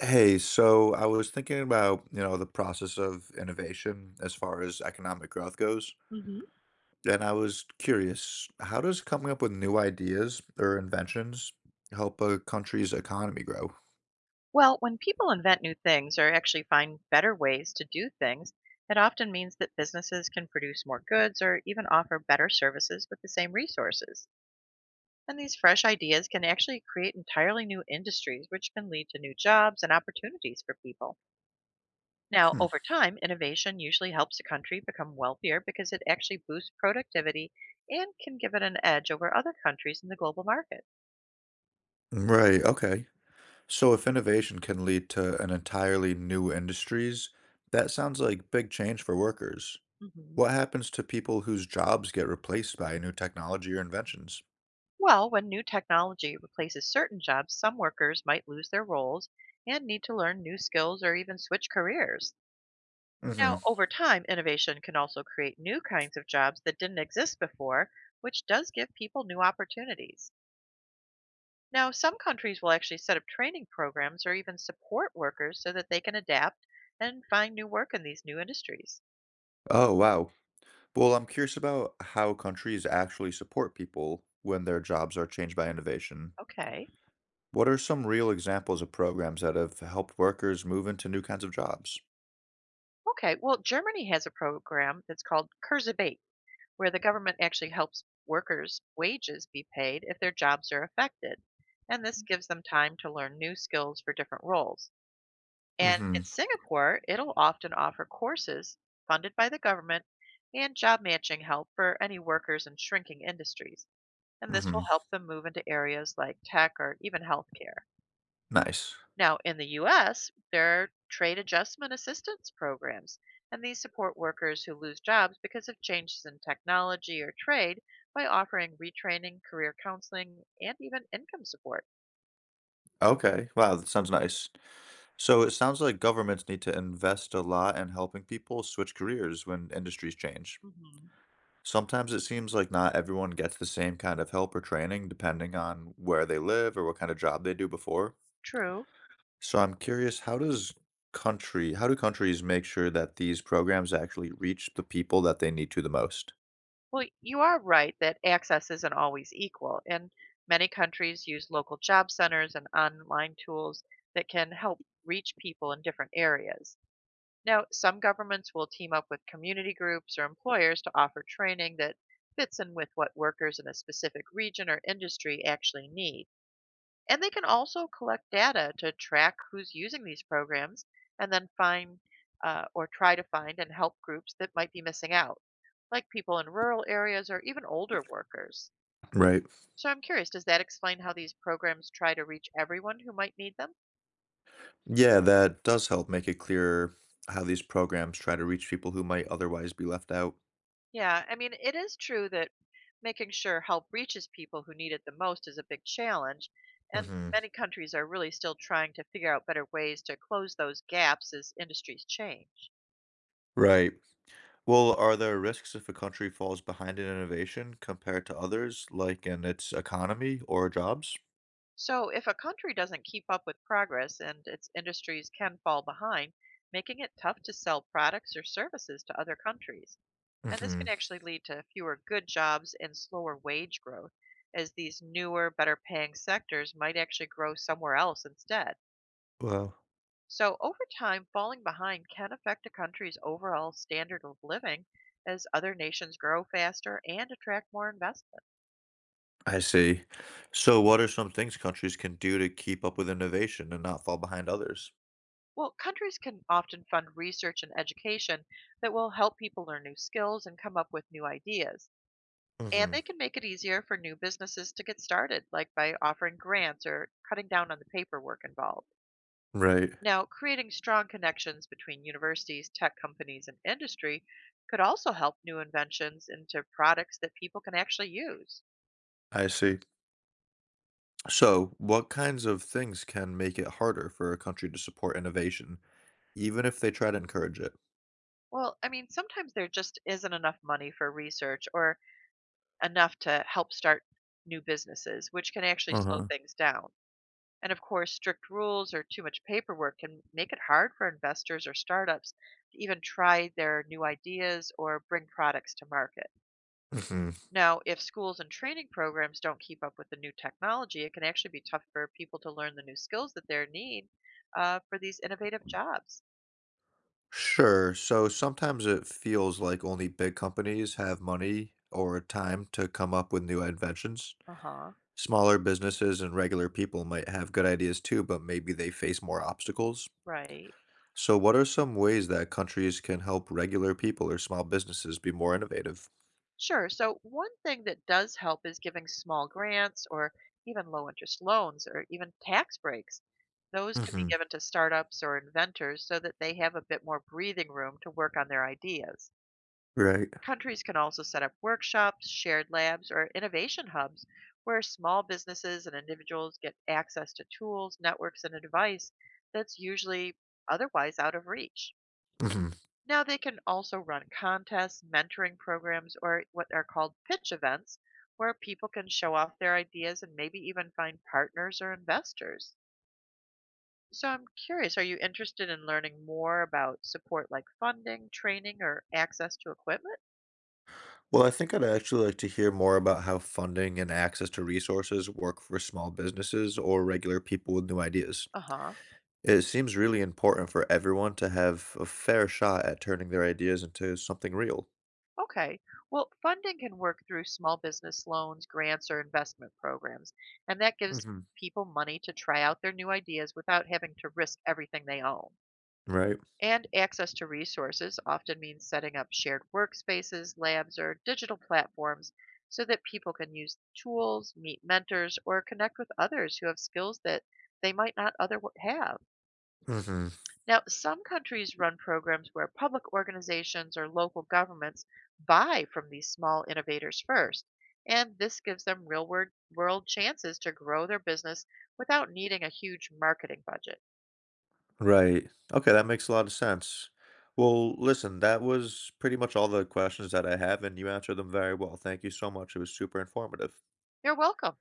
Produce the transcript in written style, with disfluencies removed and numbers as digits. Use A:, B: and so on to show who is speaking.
A: Hey, so I was thinking about, the process of innovation as far as economic growth goes,
B: hmm
A: and I was curious, how does coming up with new ideas or inventions help a country's economy grow?
B: Well, when people invent new things or actually find better ways to do things, it often means that businesses can produce more goods or even offer better services with the same resources. And these fresh ideas can actually create entirely new industries, which can lead to new jobs and opportunities for people. Now,
A: Hmm.
B: over time, innovation usually helps a country become wealthier because it actually boosts productivity and can give it an edge over other countries in the global market.
A: Right, okay. So if innovation can lead to an entirely new industries, that sounds like big change for workers.
B: hmm
A: What happens to people whose jobs get replaced by new technology or inventions?
B: Well, when new technology replaces certain jobs, some workers might lose their roles and need to learn new skills or even switch careers.
A: Hmm.
B: Now, over time, innovation can also create new kinds of jobs that didn't exist before, which does give people new opportunities. Now, some countries will actually set up training programs or even support workers so that they can adapt and find new work in these new industries.
A: Oh, wow. Well, I'm curious about how countries actually support people when their jobs are changed by innovation.
B: Okay.
A: What are some real examples of programs that have helped workers move into new kinds of jobs?
B: Okay. Well, Germany has a program that's called Kurzarbeit where the government actually helps workers' wages be paid if their jobs are affected. And this gives them time to learn new skills for different roles. And
A: Mm-hmm.
B: in Singapore, it'll often offer courses funded by the government and job matching help for any workers in shrinking industries. And this
A: Mm-hmm.
B: will help them move into areas like tech or even healthcare.
A: Nice.
B: Now, in the US, there are trade adjustment assistance programs, and these support workers who lose jobs because of changes in technology or trade by offering retraining, career counseling, and even income support.
A: Okay. Wow, that sounds nice. So it sounds like governments need to invest a lot in helping people switch careers when industries change.
B: hmm
A: Sometimes it seems like not everyone gets the same kind of help or training depending on where they live or what kind of job they do before.
B: True.
A: So I'm curious, how does country how do countries make sure that these programs actually reach the people that they need to the most?
B: Well, you are right that access isn't always equal, and many countries use local job centers and online tools that can help reach people in different areas. Now, some governments will team up with community groups or employers to offer training that fits in with what workers in a specific region or industry actually need. And they can also collect data to track who's using these programs and then find or try to find and help groups that might be missing out, like people in rural areas or even older workers.
A: Right.
B: So I'm curious, does that explain how these programs try to reach everyone who might need them?
A: Yeah, that does help make it clearer how these programs try to reach people who might otherwise be left out.
B: Yeah, I mean, it is true that making sure help reaches people who need it the most is a big challenge, and
A: Hmm.
B: many countries are really still trying to figure out better ways to close those gaps as industries change.
A: Right. Well, are there risks if a country falls behind in innovation compared to others, like in its economy or jobs?
B: So, if a country doesn't keep up with progress and its industries can fall behind, making it tough to sell products or services to other countries. And this
A: Hmm.
B: can actually lead to fewer good jobs and slower wage growth, as these newer, better paying sectors might actually grow somewhere else instead.
A: Well,
B: So, over time, falling behind can affect a country's overall standard of living as other nations grow faster and attract more investment.
A: I see. So, what are some things countries can do to keep up with innovation and not fall behind others?
B: Well, countries can often fund research and education that will help people learn new skills and come up with new ideas. And
A: Hmm.
B: they can make it easier for new businesses to get started, like by offering grants or cutting down on the paperwork involved.
A: Right.
B: Now, creating strong connections between universities, tech companies, and industry could also help new inventions into products that people can actually use.
A: I see. So, what kinds of things can make it harder for a country to support innovation, even if they try to encourage it?
B: Well, I mean, sometimes there just isn't enough money for research or enough to help start new businesses, which can actually slow
A: Uh-huh.
B: things down. And of course, strict rules or too much paperwork can make it hard for investors or startups to even try their new ideas or bring products to market.
A: Hmm.
B: Now, if schools and training programs don't keep up with the new technology, it can actually be tough for people to learn the new skills that they need for these innovative jobs.
A: Sure. So sometimes it feels like only big companies have money or time to come up with new inventions.
B: Uh huh.
A: Smaller businesses and regular people might have good ideas too, but maybe they face more obstacles.
B: Right.
A: So, what are some ways that countries can help regular people or small businesses be more innovative?
B: Sure. So, one thing that does help is giving small grants or even low interest loans or even tax breaks. Those can be
A: Hmm.
B: given to startups or inventors so that they have a bit more breathing room to work on their ideas.
A: Right.
B: Countries can also set up workshops, shared labs, or innovation hubs where small businesses and individuals get access to tools, networks, and advice that's usually otherwise out of reach.
A: Mhm.
B: Now, they can also run contests, mentoring programs, or what are called pitch events, where people can show off their ideas and maybe even find partners or investors. So, I'm curious, are you interested in learning more about support like funding, training, or access to equipment?
A: Well, I think I'd actually like to hear more about how funding and access to resources work for small businesses or regular people with new ideas.
B: Uh huh.
A: It seems really important for everyone to have a fair shot at turning their ideas into something real.
B: Okay. Well, funding can work through small business loans, grants, or investment programs, and that gives
A: Hmm.
B: people money to try out their new ideas without having to risk everything they own.
A: Right.
B: And access to resources often means setting up shared workspaces, labs, or digital platforms so that people can use tools, meet mentors, or connect with others who have skills that they might not otherwise have.
A: Hmm.
B: Now, some countries run programs where public organizations or local governments buy from these small innovators first, and this gives them real world chances to grow their business without needing a huge marketing budget.
A: Right. Okay, that makes a lot of sense. Well, listen, that was pretty much all the questions that I have, and you answered them very well. Thank you so much. It was super informative.
B: You're welcome.